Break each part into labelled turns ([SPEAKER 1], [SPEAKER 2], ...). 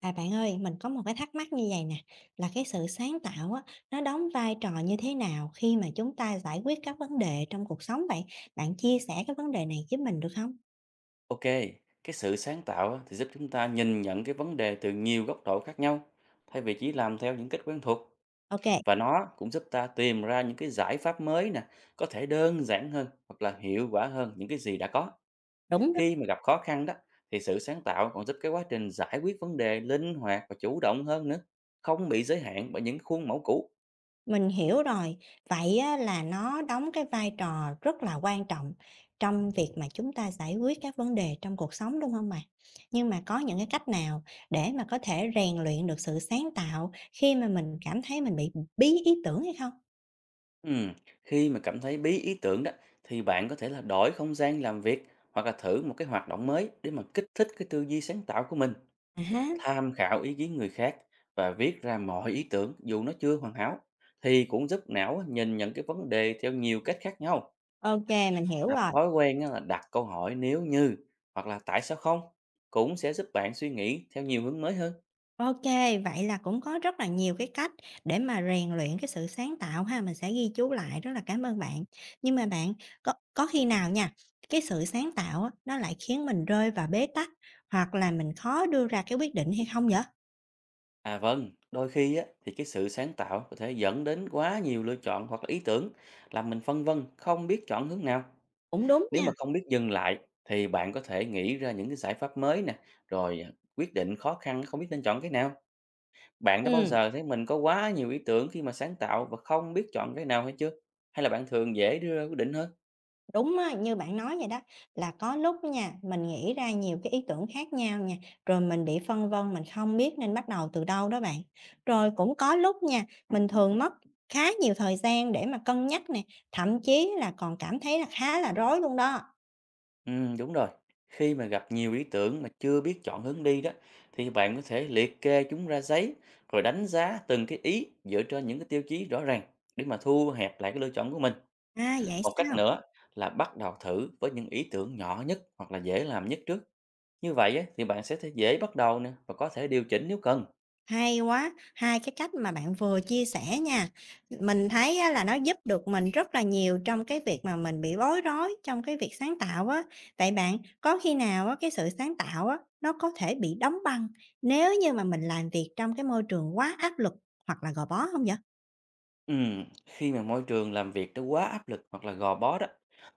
[SPEAKER 1] À bạn ơi, mình có một cái thắc mắc như vậy nè, là cái sự sáng tạo á, nó đóng vai trò như thế nào khi mà chúng ta giải quyết các vấn đề trong cuộc sống vậy? Bạn chia sẻ cái vấn đề này với mình được không?
[SPEAKER 2] Ok, cái sự sáng tạo á, thì giúp chúng ta nhìn nhận cái vấn đề từ nhiều góc độ khác nhau, thay vì chỉ làm theo những cách quen thuộc.
[SPEAKER 1] Ok,
[SPEAKER 2] Và nó cũng giúp ta tìm ra những cái giải pháp mới nè, có thể đơn giản hơn hoặc là hiệu quả hơn những cái gì đã có.
[SPEAKER 1] đúng đó,
[SPEAKER 2] Khi mà gặp khó khăn đó, thì sự sáng tạo còn giúp cái quá trình giải quyết vấn đề linh hoạt và chủ động hơn nữa, không bị giới hạn bởi những khuôn mẫu cũ.
[SPEAKER 1] mình hiểu rồi. Vậy á, là nó đóng cái vai trò rất là quan trọng trong việc mà chúng ta giải quyết các vấn đề trong cuộc sống đúng không bạn? Nhưng mà có những cái cách nào để mà có thể rèn luyện được sự sáng tạo khi mà mình cảm thấy mình bị bí ý tưởng hay không?
[SPEAKER 2] Ừm, Khi mà cảm thấy bí ý tưởng đó, thì bạn có thể là đổi không gian làm việc hoặc là thử một cái hoạt động mới để mà kích thích cái tư duy sáng tạo của mình.
[SPEAKER 1] À ha,
[SPEAKER 2] Tham khảo ý kiến người khác và viết ra mọi ý tưởng dù nó chưa hoàn hảo thì cũng giúp não nhìn nhận cái vấn đề theo nhiều cách khác nhau.
[SPEAKER 1] ok, mình hiểu
[SPEAKER 2] Tập
[SPEAKER 1] rồi.
[SPEAKER 2] thói quen á là đặt câu hỏi nếu như hoặc là tại sao không cũng sẽ giúp bạn suy nghĩ theo nhiều hướng mới hơn.
[SPEAKER 1] OK, vậy là cũng có rất là nhiều cái cách để mà rèn luyện cái sự sáng tạo ha, mình sẽ ghi chú lại, rất là cảm ơn bạn. Nhưng mà bạn, có khi nào nha, cái sự sáng tạo á, nó lại khiến mình rơi vào bế tắc, hoặc là mình khó đưa ra cái quyết định hay không vậy?
[SPEAKER 2] À vâng, đôi khi á, thì cái sự sáng tạo có thể dẫn đến quá nhiều lựa chọn hoặc là ý tưởng làm mình phân vân không biết chọn hướng nào.
[SPEAKER 1] Cũng đúng
[SPEAKER 2] Nếu
[SPEAKER 1] nha,
[SPEAKER 2] mà không biết dừng lại thì bạn có thể nghĩ ra những cái giải pháp mới nè, rồi à, quyết định khó khăn không biết nên chọn cái nào. Bạn đã bao
[SPEAKER 1] ừm.
[SPEAKER 2] giờ thấy mình có quá nhiều ý tưởng khi mà sáng tạo và không biết chọn cái nào hay chưa? Hay là bạn thường dễ đưa ra quyết định hơn?
[SPEAKER 1] Đúng á, như bạn nói vậy đó, là có lúc nha, mình nghĩ ra nhiều cái ý tưởng khác nhau nha, rồi mình bị phân vân, mình không biết nên bắt đầu từ đâu đó bạn. Rồi cũng có lúc nha, mình thường mất khá nhiều thời gian để mà cân nhắc nè, thậm chí là còn cảm thấy là khá là rối luôn đó.
[SPEAKER 2] Ừ, đúng rồi. Khi mà gặp nhiều ý tưởng mà chưa biết chọn hướng đi đó, thì bạn có thể liệt kê chúng ra giấy, rồi đánh giá từng cái ý dựa trên những cái tiêu chí rõ ràng để mà thu hẹp lại cái lựa chọn của mình.
[SPEAKER 1] À, vậy
[SPEAKER 2] Một cách
[SPEAKER 1] sao?
[SPEAKER 2] nữa là bắt đầu thử với những ý tưởng nhỏ nhất hoặc là dễ làm nhất trước. Như vậy á, thì bạn sẽ thấy dễ bắt đầu nè và có thể điều chỉnh nếu cần.
[SPEAKER 1] Hay quá, hai cái cách mà bạn vừa chia sẻ nha. Mình thấy á là nó giúp được mình rất là nhiều trong cái việc mà mình bị bối rối trong cái việc sáng tạo á. Vậy bạn có khi nào á cái sự sáng tạo á nó có thể bị đóng băng nếu như mà mình làm việc trong cái môi trường quá áp lực hoặc là gò bó không vậy?
[SPEAKER 2] Khi mà môi trường làm việc nó quá áp lực hoặc là gò bó đó,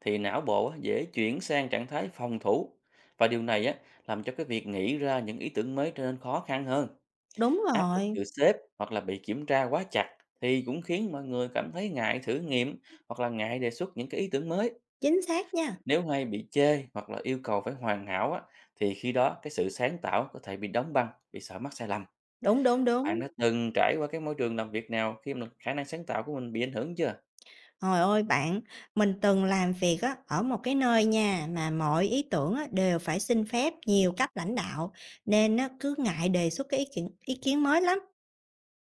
[SPEAKER 2] thì não bộ á, dễ chuyển sang trạng thái phòng thủ, và điều này á làm cho cái việc nghĩ ra những ý tưởng mới trở nên khó khăn hơn.
[SPEAKER 1] Đúng
[SPEAKER 2] Áp lực
[SPEAKER 1] rồi,
[SPEAKER 2] từ sếp hoặc là bị kiểm tra quá chặt thì cũng khiến mọi người cảm thấy ngại thử nghiệm hoặc là ngại đề xuất những cái ý tưởng mới.
[SPEAKER 1] chính xác nha.
[SPEAKER 2] Nếu hay bị chê hoặc là yêu cầu phải hoàn hảo á, thì khi đó cái sự sáng tạo có thể bị đóng băng, bị sợ mắc sai lầm.
[SPEAKER 1] Đúng, đúng, đúng.
[SPEAKER 2] Bạn đã từng trải qua cái môi trường làm việc nào khi mà khả năng sáng tạo của mình bị ảnh hưởng chưa?
[SPEAKER 1] Hồi ôi bạn, mình từng làm việc á, ở một cái nơi nha mà mọi ý tưởng á, đều phải xin phép nhiều cấp lãnh đạo nên á, cứ ngại đề xuất cái ý kiến mới lắm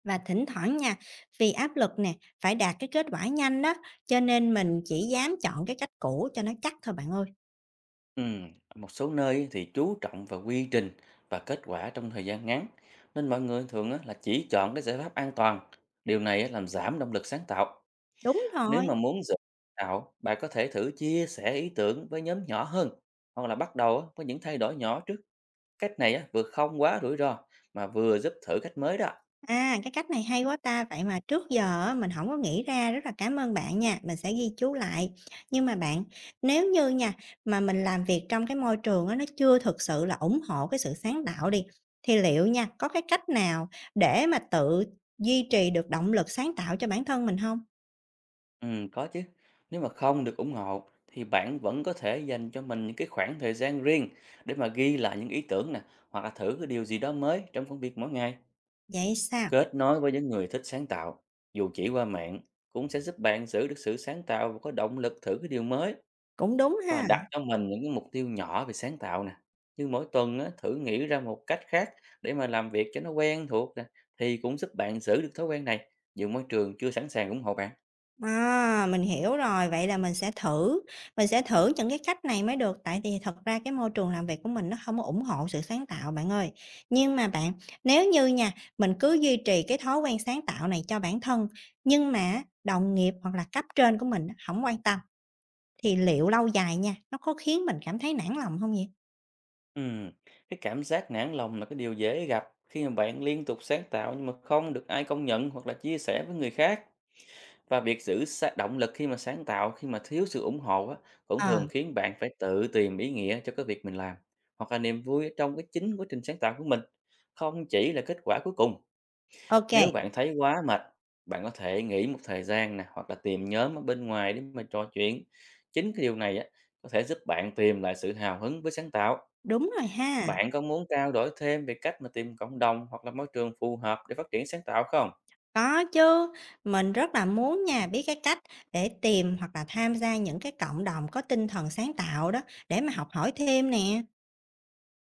[SPEAKER 1] và thỉnh thoảng nha vì áp lực nè phải đạt cái kết quả nhanh đó cho nên mình chỉ dám chọn cái cách cũ cho nó chắc thôi bạn ơi.
[SPEAKER 2] Ở một số nơi á thì chú trọng vào quy trình và kết quả trong thời gian ngắn, nên mọi người thường á là chỉ chọn cái giải pháp an toàn. Điều này á làm giảm động lực sáng tạo.
[SPEAKER 1] Đúng
[SPEAKER 2] Nếu
[SPEAKER 1] rồi.
[SPEAKER 2] mà muốn dự tạo, bạn có thể thử chia sẻ ý tưởng với nhóm nhỏ hơn, hoặc là bắt đầu á với những thay đổi nhỏ trước. Cách này á vừa không quá rủi ro mà vừa giúp thử cách mới đó.
[SPEAKER 1] À, cái cách này hay quá ta, vậy mà trước giờ á, mình không có nghĩ ra, rất là cảm ơn bạn nha, mình sẽ ghi chú lại. Nhưng mà bạn, nếu như nha, mà mình làm việc trong cái môi trường á, nó chưa thực sự là ủng hộ cái sự sáng tạo đi, thì liệu nha, có cái cách nào để mà tự duy trì được động lực sáng tạo cho bản thân mình không?
[SPEAKER 2] Có chứ. Nếu mà không được ủng hộ thì bạn vẫn có thể dành cho mình những cái khoảng thời gian riêng để mà ghi lại những ý tưởng nè, hoặc là thử cái điều gì đó mới trong công việc mỗi ngày.
[SPEAKER 1] Vậy sao?
[SPEAKER 2] Kết nối với những người thích sáng tạo, dù chỉ qua mạng, cũng sẽ giúp bạn giữ được sự sáng tạo và có động lực thử cái điều mới,
[SPEAKER 1] Cũng đúng
[SPEAKER 2] và
[SPEAKER 1] ha.
[SPEAKER 2] đặt cho mình những cái mục tiêu nhỏ về sáng tạo nè. Như mỗi tuần á, thử nghĩ ra một cách khác để mà làm việc cho nó quen thuộc nè, thì cũng giúp bạn giữ được thói quen này, dù môi trường chưa sẵn sàng ủng hộ bạn.
[SPEAKER 1] À, mình hiểu rồi, vậy là mình sẽ thử những cái cách này mới được, tại vì thật ra cái môi trường làm việc của mình nó không có ủng hộ sự sáng tạo bạn ơi. Nhưng mà bạn, nếu như nha, mình cứ duy trì cái thói quen sáng tạo này cho bản thân, nhưng mà đồng nghiệp hoặc là cấp trên của mình không quan tâm, thì liệu lâu dài nha, nó có khiến mình cảm thấy nản lòng không vậy?
[SPEAKER 2] Ừm, cái cảm giác nản lòng là cái điều dễ gặp khi mà bạn liên tục sáng tạo nhưng mà không được ai công nhận hoặc là chia sẻ với người khác. Và việc giữ động lực khi mà sáng tạo khi mà thiếu sự ủng hộ á, cũng
[SPEAKER 1] Ờ,
[SPEAKER 2] thường khiến bạn phải tự tìm ý nghĩa cho cái việc mình làm, hoặc là niềm vui ở trong cái chính quá trình sáng tạo của mình, không chỉ là kết quả cuối cùng.
[SPEAKER 1] ok
[SPEAKER 2] Nếu bạn thấy quá mệt, bạn có thể nghỉ một thời gian nè hoặc là tìm nhóm ở bên ngoài để mà trò chuyện. Chính cái điều này á, có thể giúp bạn tìm lại sự hào hứng với sáng tạo.
[SPEAKER 1] đúng rồi ha.
[SPEAKER 2] Bạn có muốn trao đổi thêm về cách mà tìm cộng đồng hoặc là môi trường phù hợp để phát triển sáng tạo không?
[SPEAKER 1] Có chứ, mình rất là muốn nha, biết cái cách để tìm hoặc là tham gia những cái cộng đồng có tinh thần sáng tạo đó để mà học hỏi thêm nè.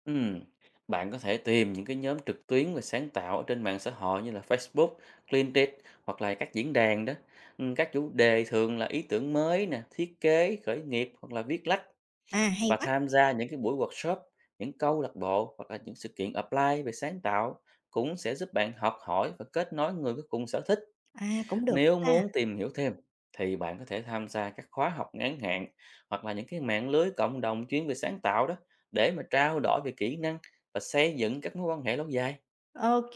[SPEAKER 2] Ừm, Bạn có thể tìm những cái nhóm trực tuyến về sáng tạo ở trên mạng xã hội như là Facebook, LinkedIn hoặc là các diễn đàn đó. Các chủ đề thường là ý tưởng mới nè, thiết kế, khởi nghiệp hoặc là viết lách.
[SPEAKER 1] À, hay
[SPEAKER 2] Và
[SPEAKER 1] quá,
[SPEAKER 2] tham gia những cái buổi workshop, những câu lạc bộ hoặc là những sự kiện apply về sáng tạo cũng sẽ giúp bạn học hỏi và kết nối người có cùng sở thích.
[SPEAKER 1] à, cũng được đó
[SPEAKER 2] Nếu
[SPEAKER 1] ta.
[SPEAKER 2] muốn tìm hiểu thêm thì bạn có thể tham gia các khóa học ngắn hạn hoặc là những cái mạng lưới cộng đồng chuyên về sáng tạo đó, để mà trao đổi về kỹ năng và xây dựng các mối quan hệ lâu dài.
[SPEAKER 1] OK,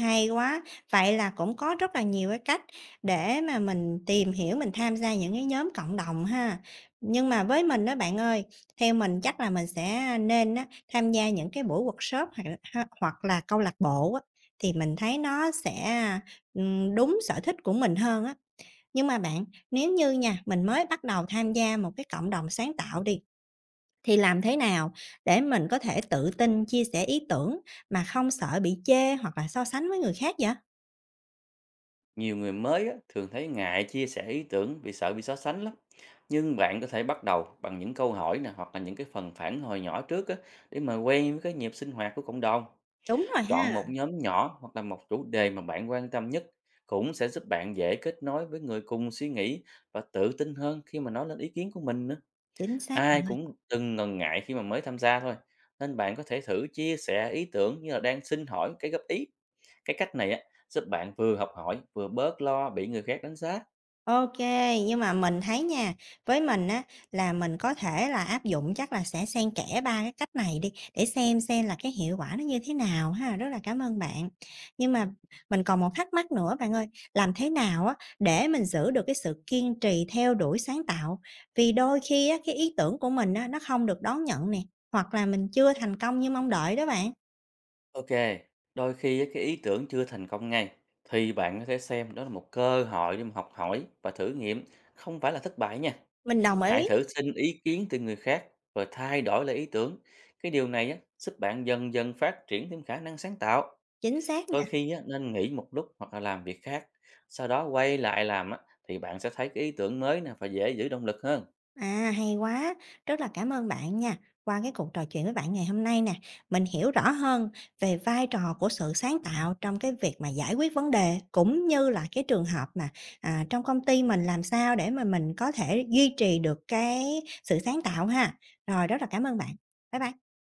[SPEAKER 1] hay quá. Vậy là cũng có rất là nhiều cái cách để mà mình tìm hiểu, mình tham gia những cái nhóm cộng đồng ha. Nhưng mà với mình đó bạn ơi, theo mình chắc là mình sẽ nên á tham gia những cái buổi workshop hoặc hoặc là câu lạc bộ á, thì mình thấy nó sẽ, đúng sở thích của mình hơn á. Nhưng mà bạn, nếu như nha, mình mới bắt đầu tham gia một cái cộng đồng sáng tạo đi, thì làm thế nào để mình có thể tự tin chia sẻ ý tưởng mà không sợ bị chê hoặc là so sánh với người khác vậy?
[SPEAKER 2] Nhiều người mới á, thường thấy ngại chia sẻ ý tưởng vì sợ bị so sánh lắm. Nhưng bạn có thể bắt đầu bằng những câu hỏi nè hoặc là những cái phần phản hồi nhỏ trước á, để mà quen với cái nhịp sinh hoạt của cộng đồng.
[SPEAKER 1] Đúng rồi
[SPEAKER 2] Chọn
[SPEAKER 1] ha,
[SPEAKER 2] một nhóm nhỏ hoặc là một chủ đề mà bạn quan tâm nhất cũng sẽ giúp bạn dễ kết nối với người cùng suy nghĩ và tự tin hơn khi mà nói lên ý kiến của mình nữa.
[SPEAKER 1] chính xác bạn
[SPEAKER 2] Ai
[SPEAKER 1] ơi.
[SPEAKER 2] cũng từng ngần ngại khi mà mới tham gia thôi. Nên bạn có thể thử chia sẻ ý tưởng như là đang xin hỏi cái góp ý. Cái cách này á, giúp bạn vừa học hỏi vừa bớt lo bị người khác đánh giá.
[SPEAKER 1] OK, nhưng mà mình thấy nha, với mình á là mình có thể là áp dụng chắc là sẽ xen kẽ 3 cái cách này đi, để xem là cái hiệu quả nó như thế nào ha, rất là cảm ơn bạn. Nhưng mà mình còn một thắc mắc nữa bạn ơi, làm thế nào á để mình giữ được cái sự kiên trì theo đuổi sáng tạo? Vì đôi khi á cái ý tưởng của mình á nó không được đón nhận nè, hoặc là mình chưa thành công như mong đợi đó bạn.
[SPEAKER 2] Ok, đôi khi á, cái ý tưởng chưa thành công ngay thì bạn có thể xem đó là một cơ hội để mà học hỏi và thử nghiệm, không phải là thất bại nha.
[SPEAKER 1] Mình đồng ý,
[SPEAKER 2] Hãy thử xin ý kiến từ người khác và thay đổi lại ý tưởng. Cái điều này á, giúp bạn dần dần phát triển thêm khả năng sáng tạo.
[SPEAKER 1] chính xác.
[SPEAKER 2] Đôi khi á, nên nghỉ một lúc hoặc là làm việc khác. Sau đó quay lại làm á, thì bạn sẽ thấy cái ý tưởng mới nè và dễ giữ động lực hơn.
[SPEAKER 1] À, hay quá. Rất là cảm ơn bạn nha. Qua cái cuộc trò chuyện với bạn ngày hôm nay nè, mình hiểu rõ hơn về vai trò của sự sáng tạo trong cái việc mà giải quyết vấn đề cũng như là cái trường hợp mà à, trong công ty mình làm sao để mà mình có thể duy trì được cái sự sáng tạo ha. Rồi, rất là cảm ơn bạn. Bye bye.